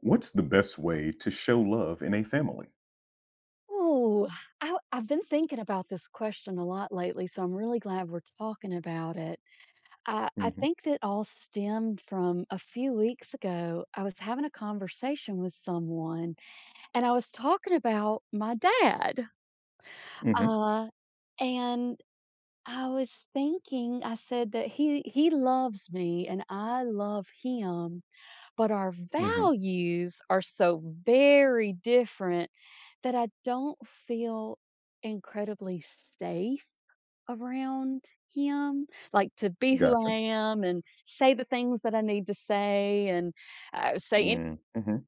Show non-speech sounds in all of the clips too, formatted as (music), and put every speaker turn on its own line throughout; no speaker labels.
What's the best way to show love in a family?
Oh, I've been thinking about this question a lot lately, so I'm really glad we're talking about it. I
Mhm,
think that all stemmed from a few weeks ago. I was having a conversation with someone, and I was talking about my dad.
mhm,
Uh, and I was thinking, I said that he loves me, and I love him, but our
mhm.
values are so very different that I don't feel incredibly safe around him, like to be who I
Gotcha.
am and say the things that I need to say and say any
Mm, mhm,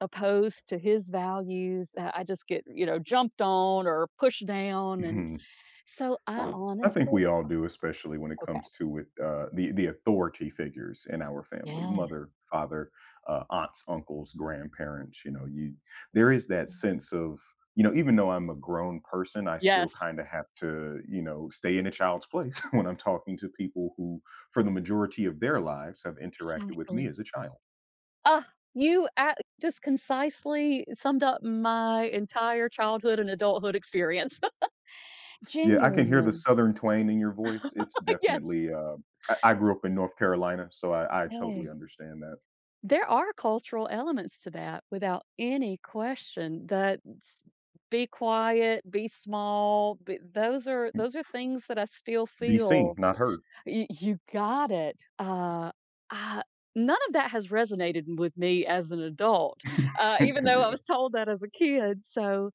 opposed to his values. I just get, jumped on or pushed down. And
mhm.
so I
I think we
honestly,
all do, especially when it
okay.
comes to with, the authority figures in our family,
Yeah.
mother, father, aunts, uncles, grandparents, you know, you there is that sense of, even though I'm a grown person, I still
Yes.
kind of have to, stay in a child's place (laughs) when I'm talking to people who, for the majority of their lives, have interacted with me
Exactly.
as a child.
Uh, you a just concisely summed up my entire childhood and adulthood experience. (laughs)
Yeah, I can hear the
Genuinely.
Southern twang in your voice. It's
(laughs) Yes.
definitely, I grew up in North Carolina, so I totally
Hey,
understand that.
there are cultural elements to that without any question that s be quiet, be small, b those are
Mm.
those are things that I still
Be seen,
feel
not heard.
y you got it. I none of that has resonated with me as an adult,
(laughs)
even though I
Yeah.
was told that as a kid, so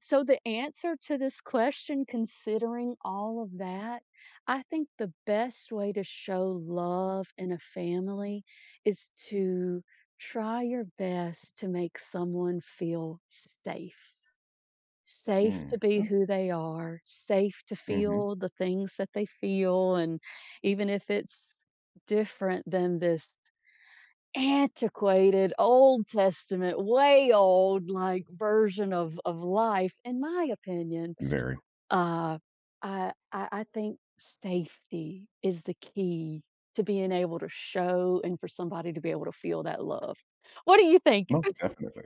so the answer to this question, considering all of that, I think the best way to show love in a family is to try your best to make someone feel safe. Safe to
Mm.
be
Mm.
who they are, safe to
Mhm.
feel the things that they feel. And even if it's different than this antiquated Old Testament, way old like version of life, in my opinion.
Very.
Uh, I think safety is the key to being able to show and for somebody to be able to feel that love. What do you think?
Most
(laughs)
definitely.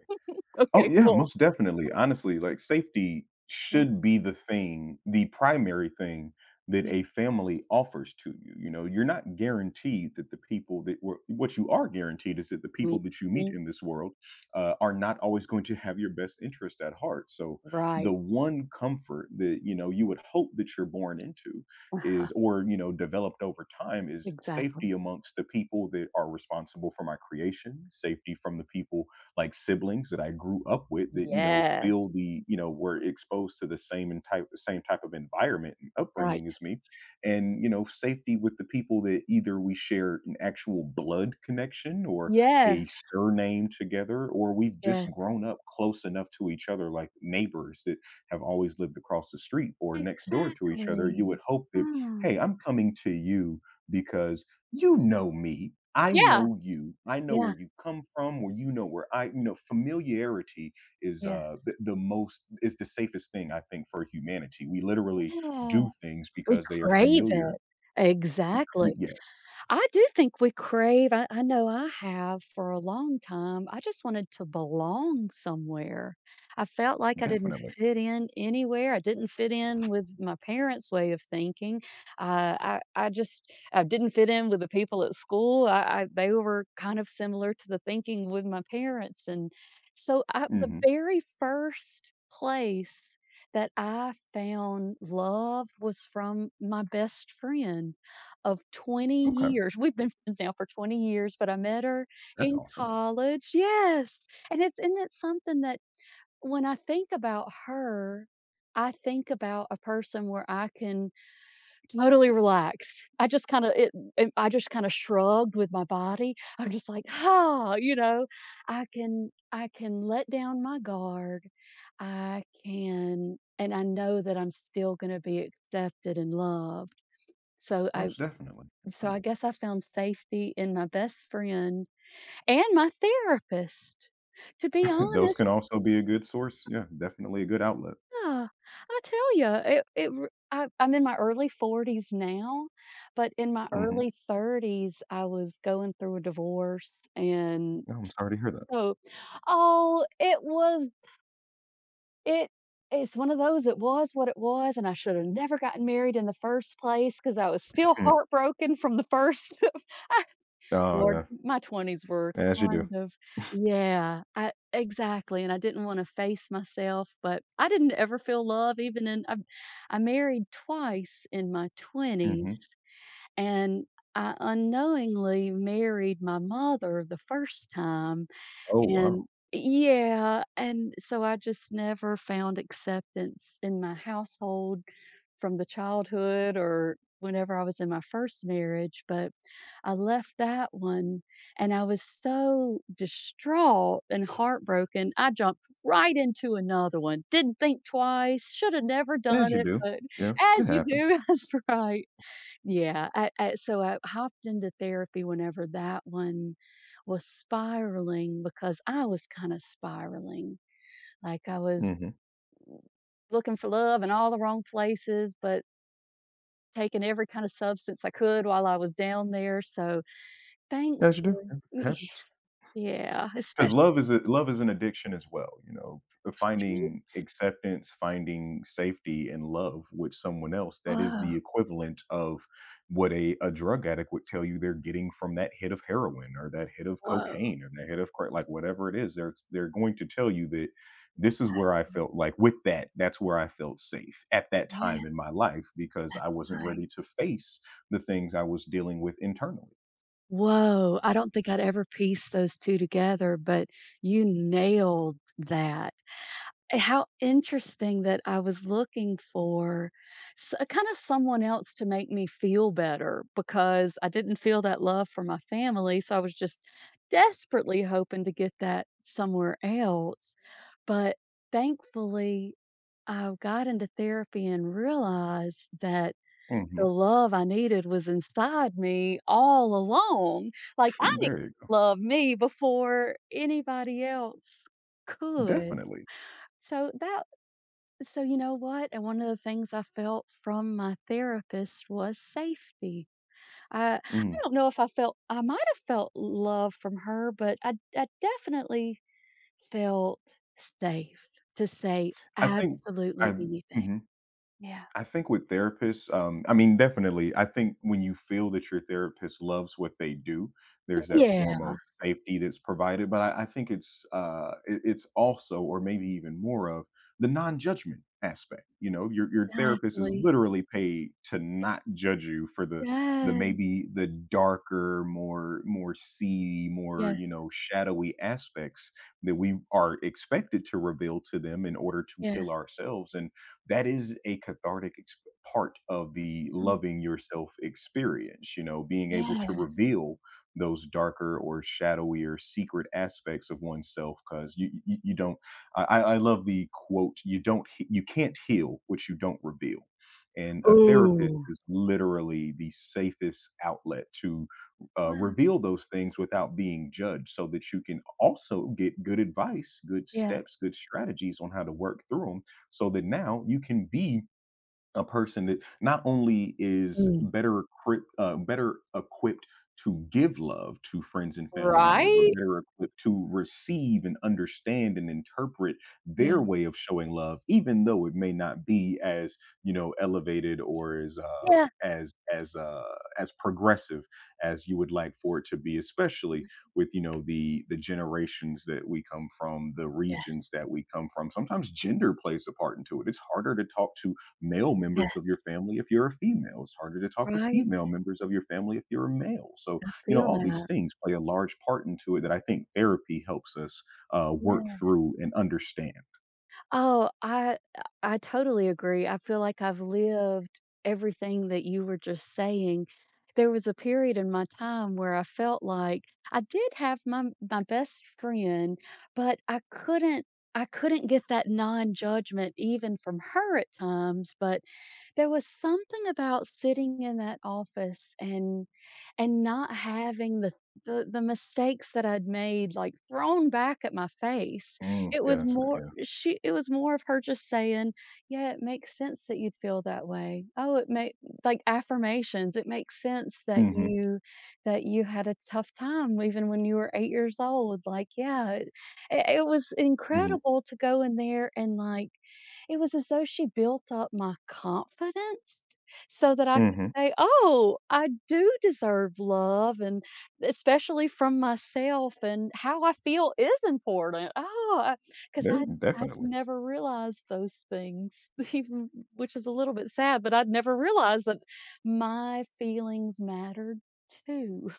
Oh,
Okay,
yeah,
cool.
most definitely. Honestly, like, safety
Yeah,
should be the thing, the primary thing that
yeah.
a family offers to you. You know, you're not guaranteed that the people that were what you are guaranteed is that the people that you meet
Mhm.
in this world are not always going to have your best interest at heart. So the
Right.
one comfort that, you would hope that you're born into is
(sighs)
or, developed over time is safety
Exactly.
amongst the people that are responsible for my creation, safety from the people like siblings that I grew up with that you know
Yes.
feel the you know were exposed to the same and type the same type of environment and upbringing
Right.
as me, and you know safety with the people that either we share an actual blood connection or a
Yes,
surname together, or we've just
yes.
grown up close enough to each other, like neighbors that have always lived across the street or next door to each other. You would
Exactly.
hope that
Mm.
hey, I'm coming to you. Because you know me. I
Yeah.
know you. I know where
Yeah.
you come from, where you know where I, familiarity is the,
Yes.
the most is the safest thing I think for humanity. We literally
Yes.
do things
We
because they are
crave
familiar.
it.
We,
Exactly.
yes,
I do think we crave I know I have for a long time. I just wanted to belong somewhere. I felt like I didn't
definitely.
fit in anywhere. I didn't fit in with my parents' way of thinking. I didn't fit in with the people at school. I they were kind of similar to the thinking with my parents, and so the
Hmm.
very first place that I found love was from my best friend of 20
Okay,
years. We've been friends now for 20 years, but I met her
that's
in
awesome.
college. Yes. And it's something that when I think about her, I think about a person where I can totally relax. I just it I just kind of shrugged with my body. I'm just like, "Ha," you know, I can let down my guard. I can and I know that I'm still going to be accepted and loved. So
Most definitely.
I guess I found safety in my best friend and my therapist. To be
Mm. (laughs) Those
honest,
can also be a good source. Yeah, definitely a good outlet.
yeah, I tell you, it r I'm in my early 40s now, but in my
Hmm.
early 30s, I was going through a divorce, and
No, I'm sorry to hear that.
so oh, it it's one of those, it was what it was, and I should have never gotten married in the first place because I was still
Hmm.
heartbroken from the first. (laughs)
Oh
Lord,
yeah,
my 20s were
as you do.
kind of yeah, I exactly, and I didn't wanna face myself, but I didn't ever feel love even in I married twice in my
Hmm.
20s, and I unknowingly married my mother the first time,
Oh
and
wow,
yeah, and so I just never found acceptance in my household from the childhood or whenever I was in my first marriage, but I left that one and I was so distraught and heartbroken. I jumped right into another one. Didn't think twice. Should have never
as
done
you
it,
do.
but
Yeah, it
as you
happens.
do, (laughs) that's right. Yeah. So I hopped into therapy whenever that one was spiraling because I was kind of spiraling. Like I was
Mhm.
looking for love in all the wrong places, but taken every kind of substance I could while I was down there, so thankfully
As you do. Yeah, happens.
(laughs) yeah,
Because
especially
love is a love is an addiction as well, you know, f finding acceptance, finding safety and love with someone else, that is
whoa,
the equivalent of what a drug addict would tell you they're getting from that hit of heroin or that hit of
whoa,
cocaine or that hit of cra like, whatever it is, they're going to tell you that, "This is
that
where I felt like with that, that's where I felt safe at that time
yeah,
in my life because I
that's
wasn't ready
right.
to face the things I was dealing with internally."
Whoa, I don't think I'd ever piece those 2 together, but you nailed that. How interesting that I was looking for s kind of someone else to make me feel better because I didn't feel that love for my family, so I was just desperately hoping to get that somewhere else. But thankfully, I got into therapy and realized that the
Mhm.
love I needed was inside me all along. Like, I need to
There.
love me before anybody else could.
Definitely.
So that so, you know what? And one of the things I felt from my therapist was safety. I
Mm.
don't know if I felt I might have felt love from her, but I definitely felt safe to say
I think
absolutely
I
anything.
mhm.
Yeah.
I think with therapists, I mean, definitely, I think when you feel that your therapist loves what they do, there's that form
Yeah.
of safety that's provided. But I think it's it's also, or maybe even more of the non-judgment aspect. You know, your therapist is
Exactly.
literally paid to not judge you for the
Yes.
maybe the darker, more more seedy, more
Yes.
you know shadowy aspects that we are expected to reveal to them in order to heal
Yes.
ourselves and that is a cathartic part of the
Mm.
loving yourself experience, you know, being able to
Yes.
reveal those darker or shadowy or secret aspects of oneself because you, you don't I love the quote you don't you can't heal what you don't reveal and a therapist
Ooh.
is literally the safest outlet to
Wow.
reveal those things without being judged so that you can also get good advice good
Yes.
steps good strategies on how to work through them so that now you can be a person that not only is
Mm.
better equipped, better equipped to give love to friends and family member, but
Right?
better equipped to receive and understand and interpret
Yeah.
their way of showing love, even though it may not be as you know elevated or as
Yeah.
as progressive as you would like for it to be, especially with you know the generations that we come from, the
Yes.
regions that we come from. Sometimes gender plays a part into it. It's harder to talk to male members of your
Yes.
family if you're a female. It's harder to talk to
Right?
female members of your family if you're a male. So,
I
you know,
feel
all these
that.
things play a large part into it that I think therapy helps us work
Yeah.
through and understand.
Oh, I totally agree. I feel like I've lived everything that you were just saying. There was a period in my time where I felt like I did have my best friend, but I couldn't get that non-judgment even from her at times, but there was something about sitting in that office and not having the mistakes that I'd made like thrown back at my face
Mm,
it
yeah,
was
that's a good.
more
Yeah.
she it was more of her just saying, "Yeah, it makes sense that you'd feel that way. Oh, it make" like affirmations. It makes sense
Hmm.
that you had a tough time even when you were 8 years old. Like, yeah, it was
Hmm.
incredible to go in there and, like it was as though she built up my confidence so that I could
Hmm.
say, "Oh, I do deserve love," and especially from myself, and how I feel is important. Oh, 'cause
There,
I'd
definitely,
never realized those things, (laughs) even which is a little bit sad, but I'd never realized that my feelings mattered too.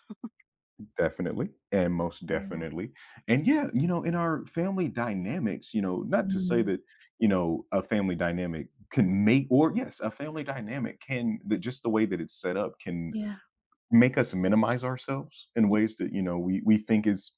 definitely, and most
Yeah.
definitely, and yeah, you know, in our family dynamics, you know, not to say
Mhm.
that you know a family dynamic can make or yes, a family dynamic can just the way that it's set up can
Yeah.
make us minimize ourselves in
Ye
ways that, you know, we think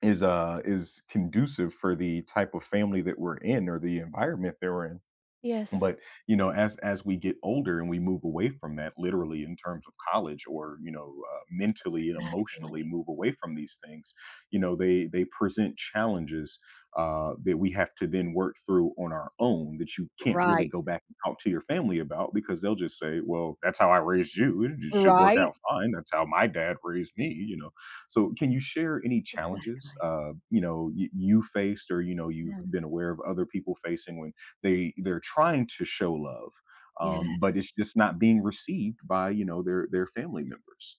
is conducive for the type of family that we're in or the environment that we're in.
Yes.
But, you know, as we get older and we move away from that literally in terms of college or, you know, mentally and emotionally
Exactly.
move away from these things, you know, they present challenges that we have to then work through on our own that you can't really
Right.
go back and talk to your family about because they'll just say, well, that's how I raised you. It should work
Right?
out fine. That's how my dad raised me, you know. So can you share any challenges,
Exactly.
you know, you faced or, you know, you've
Yes.
been aware of other people facing when they're trying to show love,
Yeah.
but it's just not being received by, you know, their family
Mm.
members.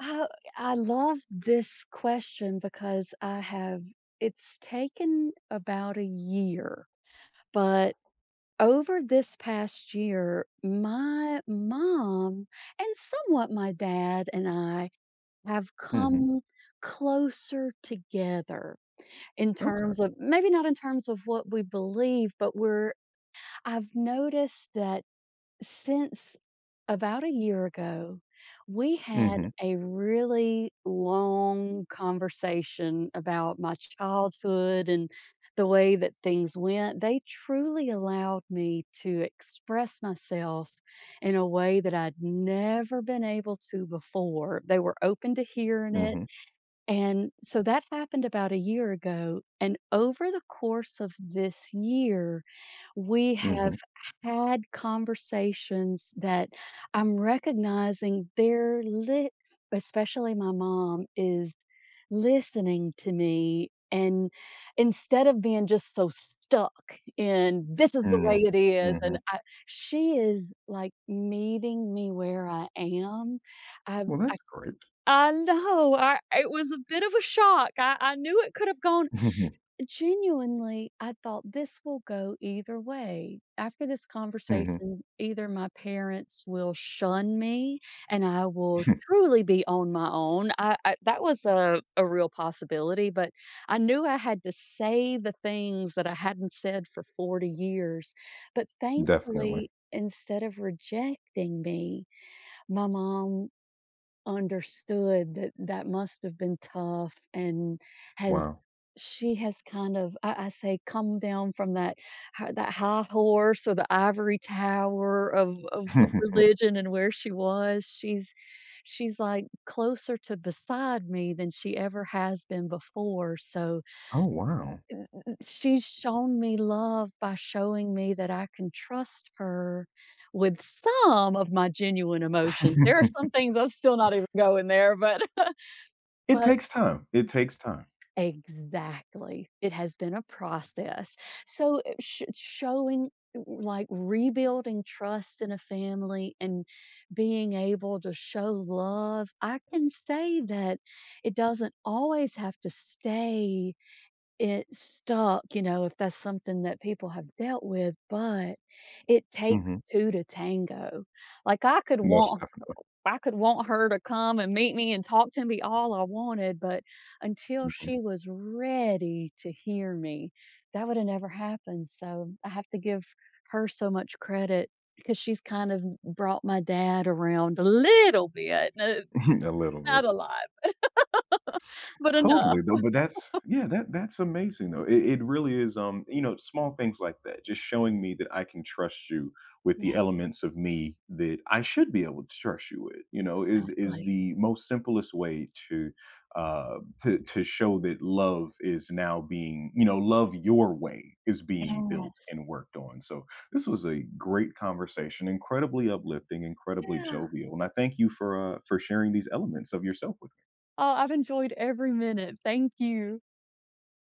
I I love this question because I have it's taken about a year, but over this past year, my mom and somewhat my dad and I have
Mhm.
come closer together in
Okay.
terms of maybe not in terms of what we believe, but we're I've noticed that since about a year ago, we mhm had
Mhm.
a really long conversation about my childhood and the way that things went. They truly allowed me to express myself in a way that I'd never been able to before. They were open to hearing it
Mhm.
and so that happened about a year ago. And over the course of this year, we have
Mhm.
had conversations that I'm recognizing they're lit, especially my mom is listening to me. And instead of being just so stuck in this is the way
Mm.
it is, and
Mhm.
I, she is like meeting me where I am.
Well,
I
that's great.
no, I know, I it was a bit of a shock, I knew it could have gone
Mhm.
genuinely, I thought this will go either way. After this
Mhm.
conversation, either my parents will shun me and I will
(laughs)
truly be on my own. I that was a real possibility, but I knew I had to say the things that I hadn't said for 40 years. But
Definitely.
thankfully, instead of rejecting me, my mom understood that that must have been tough and has
Wow.
she has kind of I say come down from that that high horse or the ivory tower of
(laughs)
religion and where she was she's like closer to beside me than she ever has been before so
Oh, wow.
she's shown me love by showing me that I can trust her with some of my genuine emotions there are
(laughs)
some things I'm still not even going there but (laughs)
It
But
takes time. It takes time.
exactly. It has been a process. So, sh showing like, rebuilding trust in a family and being able to show love, I can say that it doesn't always have to stay it stuck, you know, if that's something that people have dealt with, but it takes
Mhm.
2 to tango. Like,
Most definitely.
I could want her to come and meet me and talk to me all I wanted, but until
Mhm.
she was ready to hear me, that woulda never happened, so I have to give her so much credit because she's kind of brought my dad around a little bit, no
(laughs) A little
not
bit.
a lot, but
Totally,
enough.
though, but that's yeah, that that's amazing, though. It really is, you know, small things like that, just showing me that I can trust you with the
Yeah,
elements of me that I should be able to trust you with, you know, is
exactly.
the most simplest way to to show that love is now being, you know, love your way is being built and
Yes.
worked on. So this was a great conversation, incredibly uplifting, incredibly
Yeah.
jovial. And I thank you for sharing these elements of yourself with
Oh, I've enjoyed every minute. Thank you.